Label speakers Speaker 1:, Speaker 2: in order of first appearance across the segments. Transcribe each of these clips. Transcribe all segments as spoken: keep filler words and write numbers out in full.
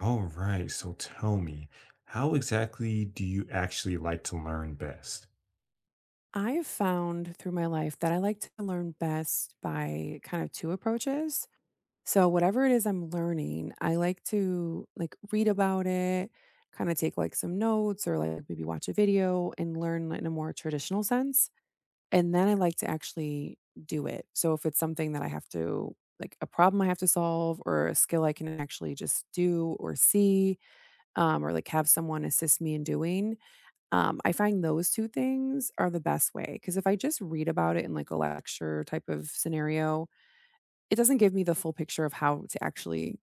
Speaker 1: All right. So tell me, how exactly do you actually like to learn best?
Speaker 2: I've found through my life that I like to learn best by kind of two approaches. So whatever it is I'm learning, I like to, like, read about it, kinda take, like, some notes or, like, maybe watch a video and learn in a more traditional sense, and then I like to actually do it. So if it's something that I have to like, a problem I have to solve or a skill I can actually just do or see, um, or, like, have someone assist me in doing um, I find those two things are the best way because if I just read about it in, like, a lecture type of scenario, it doesn't give me the full picture of how to actually,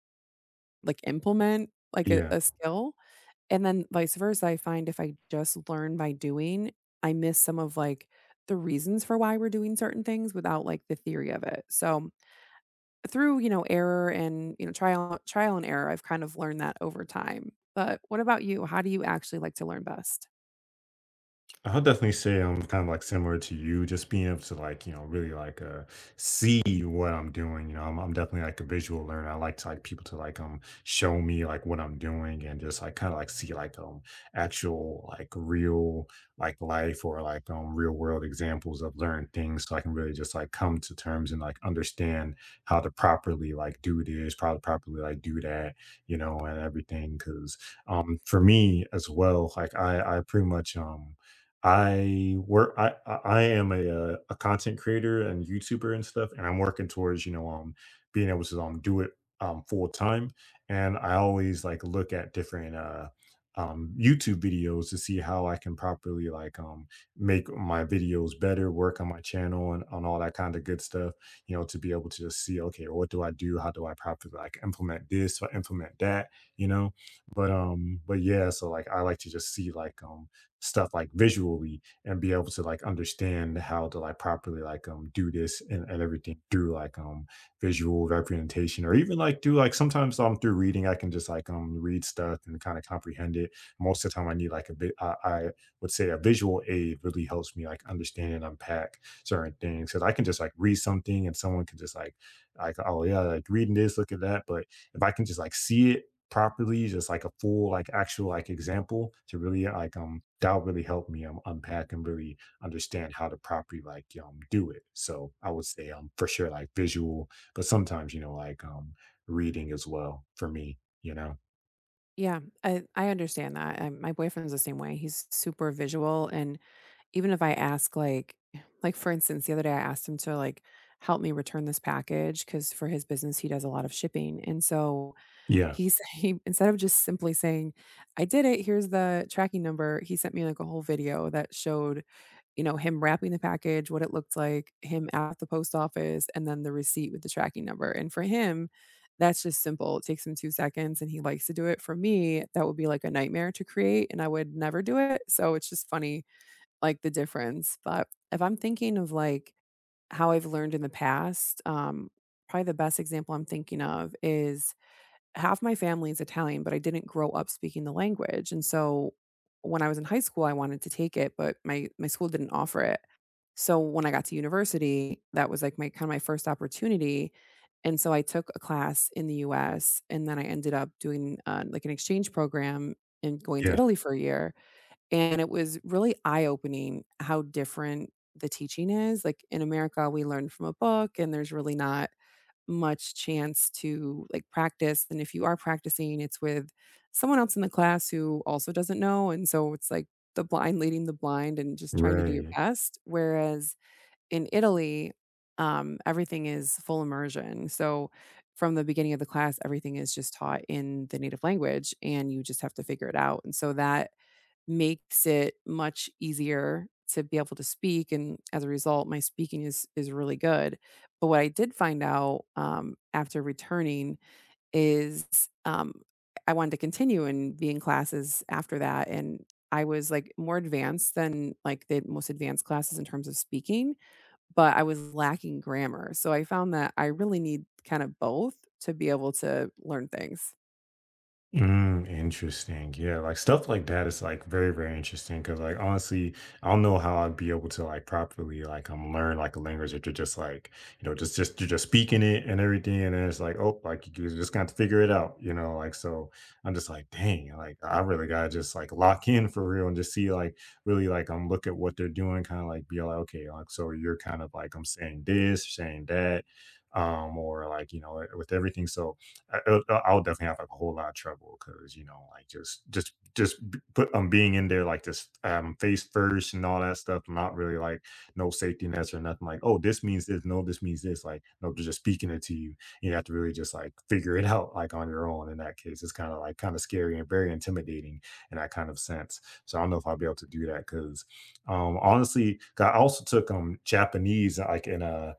Speaker 2: like, implement, like, a
Speaker 1: Yeah,
Speaker 2: a skill, and then vice versa, I find if I just learn by doing, I miss some of, like, the reasons for why we're doing certain things without, like, the theory of it. So, through, you know, error and, you know, trial trial and error, I've kind of learned that over time. But what about you? How do you actually like to learn best?
Speaker 1: I'll definitely say I'm kind of like similar to you, just being able to, like, you know, really like uh see what I'm doing. You know, I'm, I'm definitely like a visual learner. I like to like people to like um show me like what I'm doing and just like kind of like see like um actual like real like life, or like um real world examples of learned things so I can really just like come to terms and like understand how to properly like do this, how to properly like do that, you know, and everything. Cause um for me as well, like I I pretty much um I work. I I I am a uh, a content creator and YouTuber and stuff, and I'm working towards, you know, um being able to um do it um full time. And I always like look at different uh um YouTube videos to see how I can properly like um make my videos better, work on my channel and on all that kind of good stuff. You know, to be able to just see, okay, what do I do? How do I properly like implement this or implement that? You know, but um, but yeah. So like I like to just see like um stuff like visually and be able to like understand how to like properly like um do this, and, and everything through like um visual representation, or even like do like sometimes um through reading I can just like um read stuff and kind of comprehend it. Most of the time I need like a bit, I, I would say a visual aid really helps me like understand and unpack certain things because I can just like read something and someone can just like like oh yeah, like reading this, look at that, but if I can just like see it properly, just like a full, like actual like example to really like um that'll really help me um unpack and really understand how to properly like um do it. So I would say um for sure like visual, but sometimes, you know, like um reading as well for me, you know.
Speaker 2: Yeah, I I understand that. I, my boyfriend's the same way. He's super visual, and even if I ask, like, like for instance, the other day I asked him to like help me return this package because for his business he does a lot of shipping, and so
Speaker 1: Yeah.
Speaker 2: he's he instead of just simply saying, "I did it. Here's the tracking number," he sent me like a whole video that showed you know, him wrapping the package, what it looked like, him at the post office, and then the receipt with the tracking number, and for him, that's just simple, it takes him two seconds, and he likes to do it. For me, that would be, like, a nightmare to create, and I would never do it, so it's just funny, like, the difference, but if I'm thinking of, like, how I've learned in the past, um, probably the best example I'm thinking of is half my family is Italian, but I didn't grow up speaking the language, and so when I was in high school, I wanted to take it, but my my school didn't offer it. So when I got to university, that was like my kind of my first opportunity. And so I took a class in the U S and then I ended up doing uh, like an exchange program and going to
Speaker 1: Yeah.
Speaker 2: Italy for a year. And it was really eye opening how different the teaching is. Like in America, we learn from a book and there's really not much chance to like practice. And if you are practicing, it's with someone else in the class who also doesn't know. And so it's like the blind leading the blind and just trying to do your
Speaker 1: Right.
Speaker 2: best. Whereas in Italy, um, everything is full immersion. So from the beginning of the class, everything is just taught in the native language and you just have to figure it out. And so that makes it much easier to be able to speak. And as a result, my speaking is is really good. But what I did find out um, after returning is um, I wanted to continue and be in classes after that. And I was like more advanced than like the most advanced classes in terms of speaking but I was lacking grammar, so I found that I really need kind of both to be able to learn things.
Speaker 1: Mm, interesting. Yeah, like stuff like that is like very, very interesting because, like, honestly, I don't know how I'd be able to like properly like um learn like a language if you're just like, you know, just just you're just speaking it and everything, and then it's like, oh, like you just got to figure it out, you know. Like, so, I'm just like, dang, like I really gotta just like lock in for real and just see like really like um look at what they're doing, kind of like be like, okay, like so you're kind of like, I'm saying this, saying that, um or like, you know, with everything, so I, I- will definitely have like a whole lot of trouble because, you know, like just just just b- put um being in there like this um face first and all that stuff. Not really like no safety nets or nothing. Like, oh, this means this. No, this means this. Like, no, they're just speaking it to you. You have to really just like figure it out like on your own. In that case, it's kind of like kind of scary and very intimidating in that kind of sense. So I don't know if I'll be able to do that because um honestly, 'cause I also took um Japanese like in a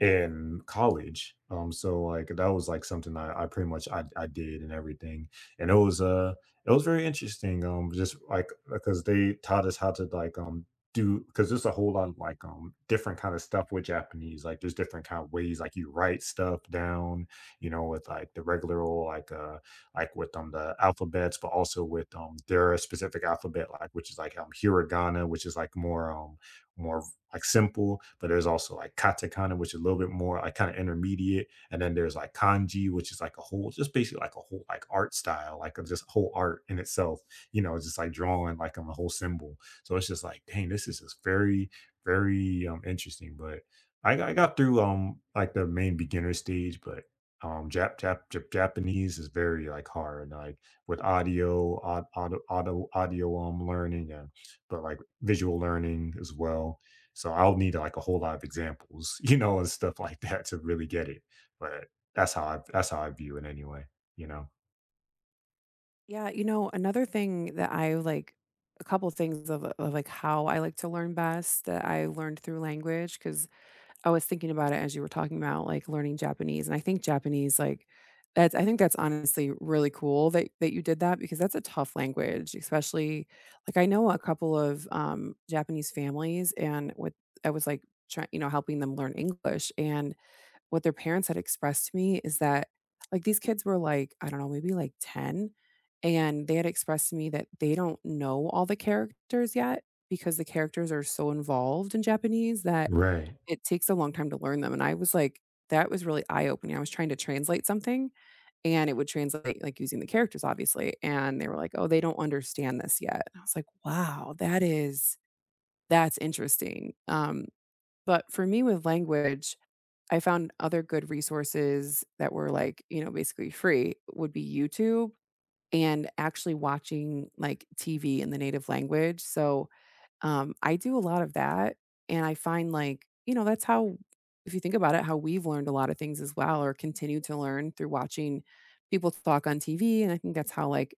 Speaker 1: in college. Um, so like that was like something I, I pretty much I, I did and everything, and it was uh it was very interesting. Um, just like because they taught us how to like um do because there's a whole lot of like um different kind of stuff with Japanese. Like there's different kind of ways like you write stuff down, you know, with like the regular old like uh like with um the alphabets, but also with um their specific alphabet like which is like um hiragana, which is like more um more like simple, but there's also like katakana, which is a little bit more like kind of intermediate, and then there's like kanji, which is like a whole, just basically like a whole like art style, like a just whole art in itself. You know, just like drawing like on a whole symbol. So it's just like, dang, this is just very, very um interesting. But I, got- I got through um like the main beginner stage, but um Jap, Jap, Jap Japanese is very like hard, like with audio, audio, audio, audio um learning, and but like visual learning as well, so I'll need like a whole lot of examples, you know, and stuff like that to really get it. But that's how I that's how I view it anyway, you know?
Speaker 2: Yeah, you know, another thing that I like a couple things of, of like how I like to learn best that I learned through language because I was thinking about it as you were talking about, like, learning Japanese, and I think Japanese, like, that's I think that's honestly really cool that that you did that because that's a tough language, especially like, I know a couple of, um, Japanese families and with I was, like, try you know, helping them learn English, and what their parents had expressed to me is that, like, these kids were, like, I don't know, maybe, like, ten, and they had expressed to me that they don't know all the characters yet because the characters are so involved in Japanese that
Speaker 1: Right.
Speaker 2: it takes a long time to learn them, and I was like that was really eye-opening. I was trying to translate something, and it would translate, like, using the characters, obviously, and they were like, "Oh, they don't understand this yet." And I was like, "Wow, that is that's interesting." Um, but for me with language, I found other good resources that were, like, you know, basically free would be YouTube and actually watching, like, T V in the native language. So, um, I do a lot of that, and I find, like, you know, that's how if you think about it, how we've learned a lot of things as well or continue to learn through watching people talk on T V, and I think that's how, like,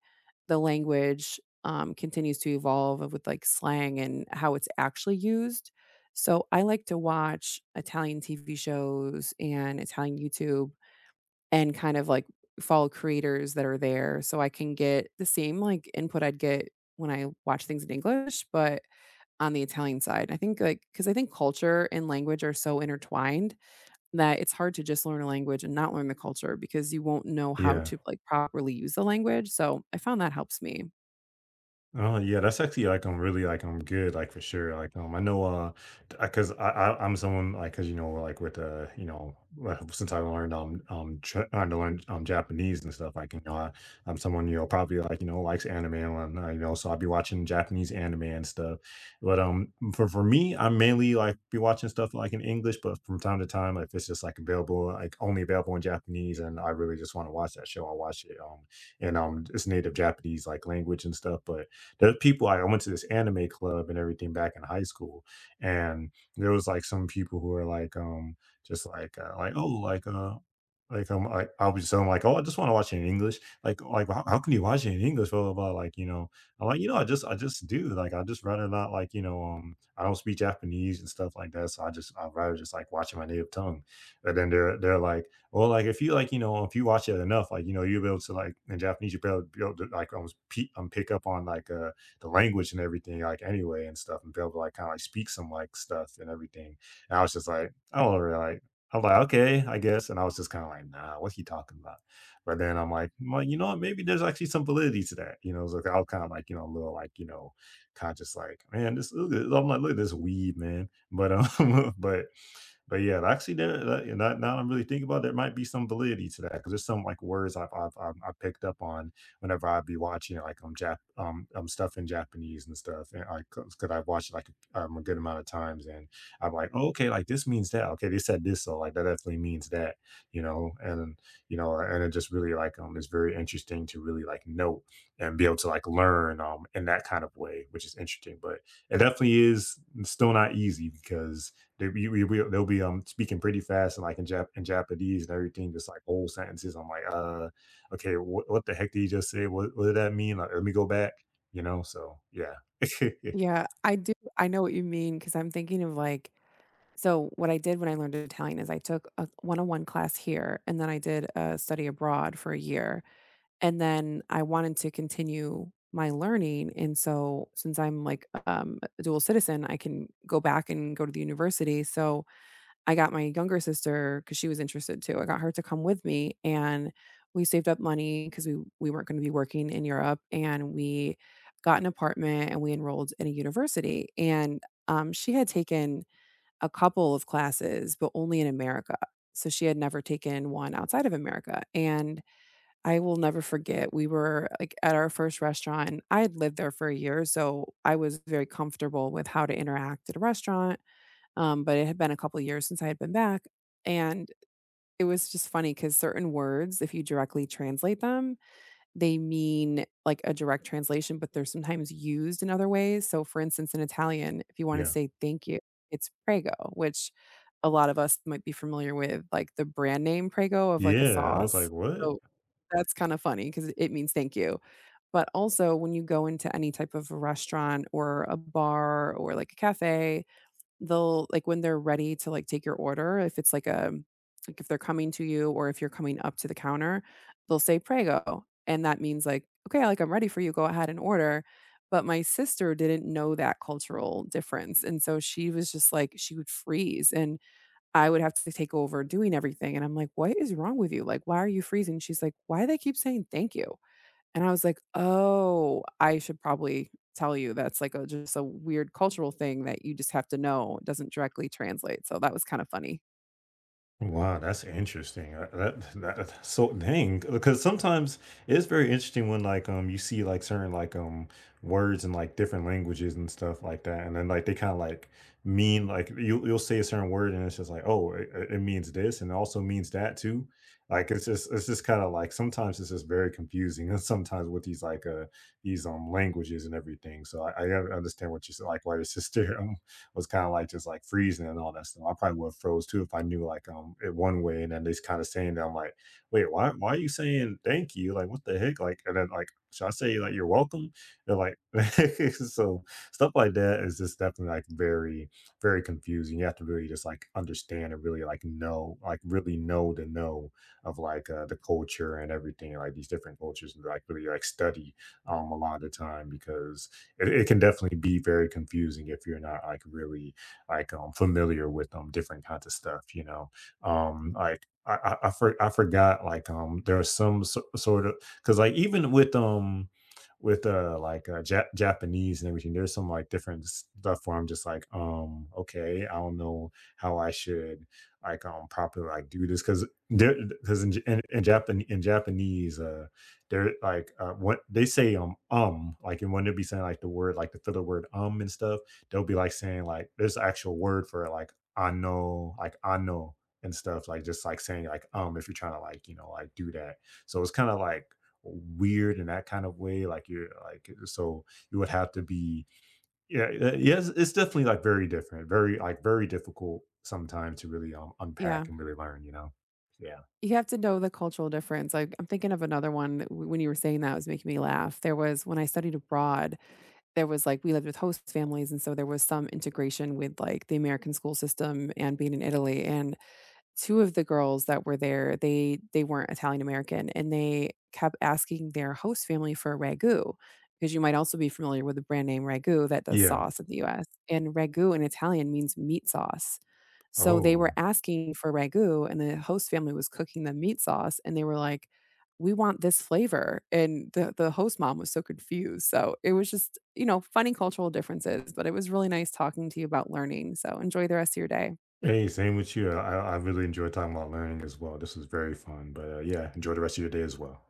Speaker 2: the language, um, continues to evolve of with, like, slang and how it's actually used. So, I like to watch Italian T V shows and Italian YouTube and kind of, like, follow creators that are there so I can get the same, like, input I'd get when I watch things in English, but on the Italian side, I think, like because I think culture and language are so intertwined that it's hard to just learn a language and not learn the culture because you won't know how
Speaker 1: Yeah.
Speaker 2: to, like, properly use the language, so I found that helps me.
Speaker 1: Oh, yeah, that's actually, like, I'm really, like, I'm good, like, for sure, like, um, I know, uh, because I 'cause I I I'm someone, like, because you know, like, with, uh, you know, well, since I learned, um um, tr trying to learn um, Japanese and stuff, like, you know, I I'm someone, you know, probably, like, you know, likes anime and whatnot, you know, so I'll be watching Japanese anime and stuff, but, um, for for me, I mainly, like, be watching stuff, like, in English, but from time to time, like, if it's just, like, available, like, only available in Japanese and I really just wanna watch that show, I'll watch it, um, and um, its native Japanese, like, language and stuff, but there's people like I went to this anime club and everything back in high school, and there was like some people who are like, um, just like, uh, like oh, like uh, like um, like I was just telling 'em, like, oh, I just want to watch it in English. Like, like how, how can you watch it in English? Blah blah blah. Like you know, I'm like you know, I just I just do, like I just rather not, like, you know, um, I don't speak Japanese and stuff like that, so I just I'd rather just like watching my native tongue. But then they're they're like, well, like if you like, you know, if you watch it enough, like, you know, you'll be able to like in Japanese, you'll be able, to, be able to like almost pe- um, pick up on like uh the language and everything, like anyway and stuff, and be able to like kind of like speak some like stuff and everything. And I was just like, I don't really like. I'm like, okay, I guess. And I was just kind of like, nah, what's he talking about? But then I'm like, well, you know what? Maybe there's actually some validity to that. You know, it's like I was kind of like, you know, a little like, you know, kind of just like, man, this look at, I'm like, look at this weed, man. But um, but but yeah, actually, there that, yeah, now now I'm really thinking about it, there might be some validity to that because there's some like words I've I've, I've I picked up on whenever I'd be watching like um Jap um um stuff in Japanese and stuff, and I because I've watched it, like um, a good amount of times, and I'm like, oh, okay, like this means that. Okay, they said this, so like that definitely means that, you know, and you know, and it just really like um, it's very interesting to really like note and be able to like learn um in that kind of way, which is interesting. But it definitely is still not easy because they we we will they'll be um speaking pretty fast and like in Jap in Japanese and everything, just like whole sentences. I'm like, uh, okay, what what the heck did you just say? What what did that mean? Like, let me go back, you know? So yeah.
Speaker 2: Yeah, I do I know what you mean because 'cause I'm thinking of, like so what I did when I learned Italian is I took a one-on-one class here, and then I did a study abroad for a year, and then I wanted to continue my learning, and so since I'm, like, um, a dual citizen, I can go back and go to the university, so I got my younger sister because she was interested too, I got her to come with me, and we saved up money because we we weren't gonna be working in Europe, and we got an apartment, and we enrolled in a university, and, um, she had taken a couple of classes, but only in America, so she had never taken one outside of America, and I will never forget, we were, like, at our first restaurant I had lived there for a year, so I was very comfortable with how to interact at a restaurant um, but it had been a couple years since I had been back, and it was just funny because certain words, if you directly translate them, they mean, like, a direct translation, but they're sometimes used in other ways. So, for instance, in Italian, if you wanna
Speaker 1: Yeah.
Speaker 2: say "thank you," it's "prego," which a lot of us might be familiar with, like, the brand name Prego of, like, a
Speaker 1: Yeah. I was
Speaker 2: sauce.
Speaker 1: like, what?
Speaker 2: So, that's kinda funny funny because it means "thank you." But also, when you go into any type of restaurant or a bar or, like, a cafe, they'll like, when they're ready to, like, take your order, if it's like a like, if they're coming to you or if you're coming up to the counter, they'll say, "Prego," and that means, like, "Okay, like, I'm ready for you, go ahead and order." But my sister didn't know that cultural difference, and so she was just like she would freeze, and I would have to take over doing everything, and I'm like, "What is wrong with you? Like, why are you freezing?" She's like, "Why do they keep saying thank you'?" And I was like, "Oh, I should probably tell you that's like a just a weird cultural thing that you just have to know, it doesn't directly translate." So that was kind of funny.
Speaker 1: Wow, that's interesting. Uh, That, that, that- so dang, because sometimes it's very interesting when like um you see like certain like um words in like different languages and stuff like that, and then like they kind of like mean like you you'll say a certain word and it's just like, oh, it, it it means this and it also means that too. Like it's just it's just kind of like, sometimes it's just very confusing, and sometimes with these like uh these um languages and everything. So I, I understand what you said like why your sister was kind of like just like freezing and all that stuff. I probably would have froze too if I knew like um it one way and then they kind of saying that, I'm like, wait, why why are you saying thank you? Like what the heck? Like and then like should I say like you're welcome? They're like so stuff like that is just definitely like very very confusing. You have to really just like understand and really like know like really know the know of like uh, the culture and everything like these different cultures and like really like study um a lot of the time because it, it can definitely be very confusing if you're not like really like um familiar with um different kinds of stuff, you know, um like i i, I, for, I forgot like um there are some so, sort of because like even with um with uh like uh ja- Japanese and everything there's some like different stuff where I'm just like um okay I don't know how I should like um properly like do this because there because in, J- in in Japan in Japanese uh they're like, uh, what they say, um, um, like, and when they'll be saying like the word, like the filler word, um, and stuff, they'll be like saying like, there's an actual word for it, like, I know, like, I know, and stuff, like, just like saying like, um, if you're trying to like, you know, like do that. So it's kind of like weird in that kind of way. Like, you're like, so you would have to be, yeah, uh, yes, it's definitely like very different, very, like, very difficult sometimes to really um,
Speaker 2: Yeah.
Speaker 1: unpack and really learn, you know? Yeah.
Speaker 2: You have to know the cultural difference, like, I'm thinking of another one that w when you were saying that was making me laugh. There was when I studied abroad, there was, like we lived with host families, and so there was some integration with, like, the American school system and being in Italy, and two of the girls that were there, they they weren't Italian American, and they kept asking their host family for a ragu, because you might also be familiar with the brand name Ragu that does
Speaker 1: Yeah.
Speaker 2: sauce in the U S, and Ragu in Italian means meat sauce. So they
Speaker 1: Oh.
Speaker 2: were asking for Ragu, and the host family was cooking them meat sauce, and they were like, "We want this flavor," and the the host mom was so confused, so it was just, you know, funny cultural differences, but it was really nice talking to you about learning, so enjoy the rest of your day.
Speaker 1: Hey, same with you. I, I really enjoy talking about learning as well. This was very fun, but uh, yeah, enjoy the rest of your day as well.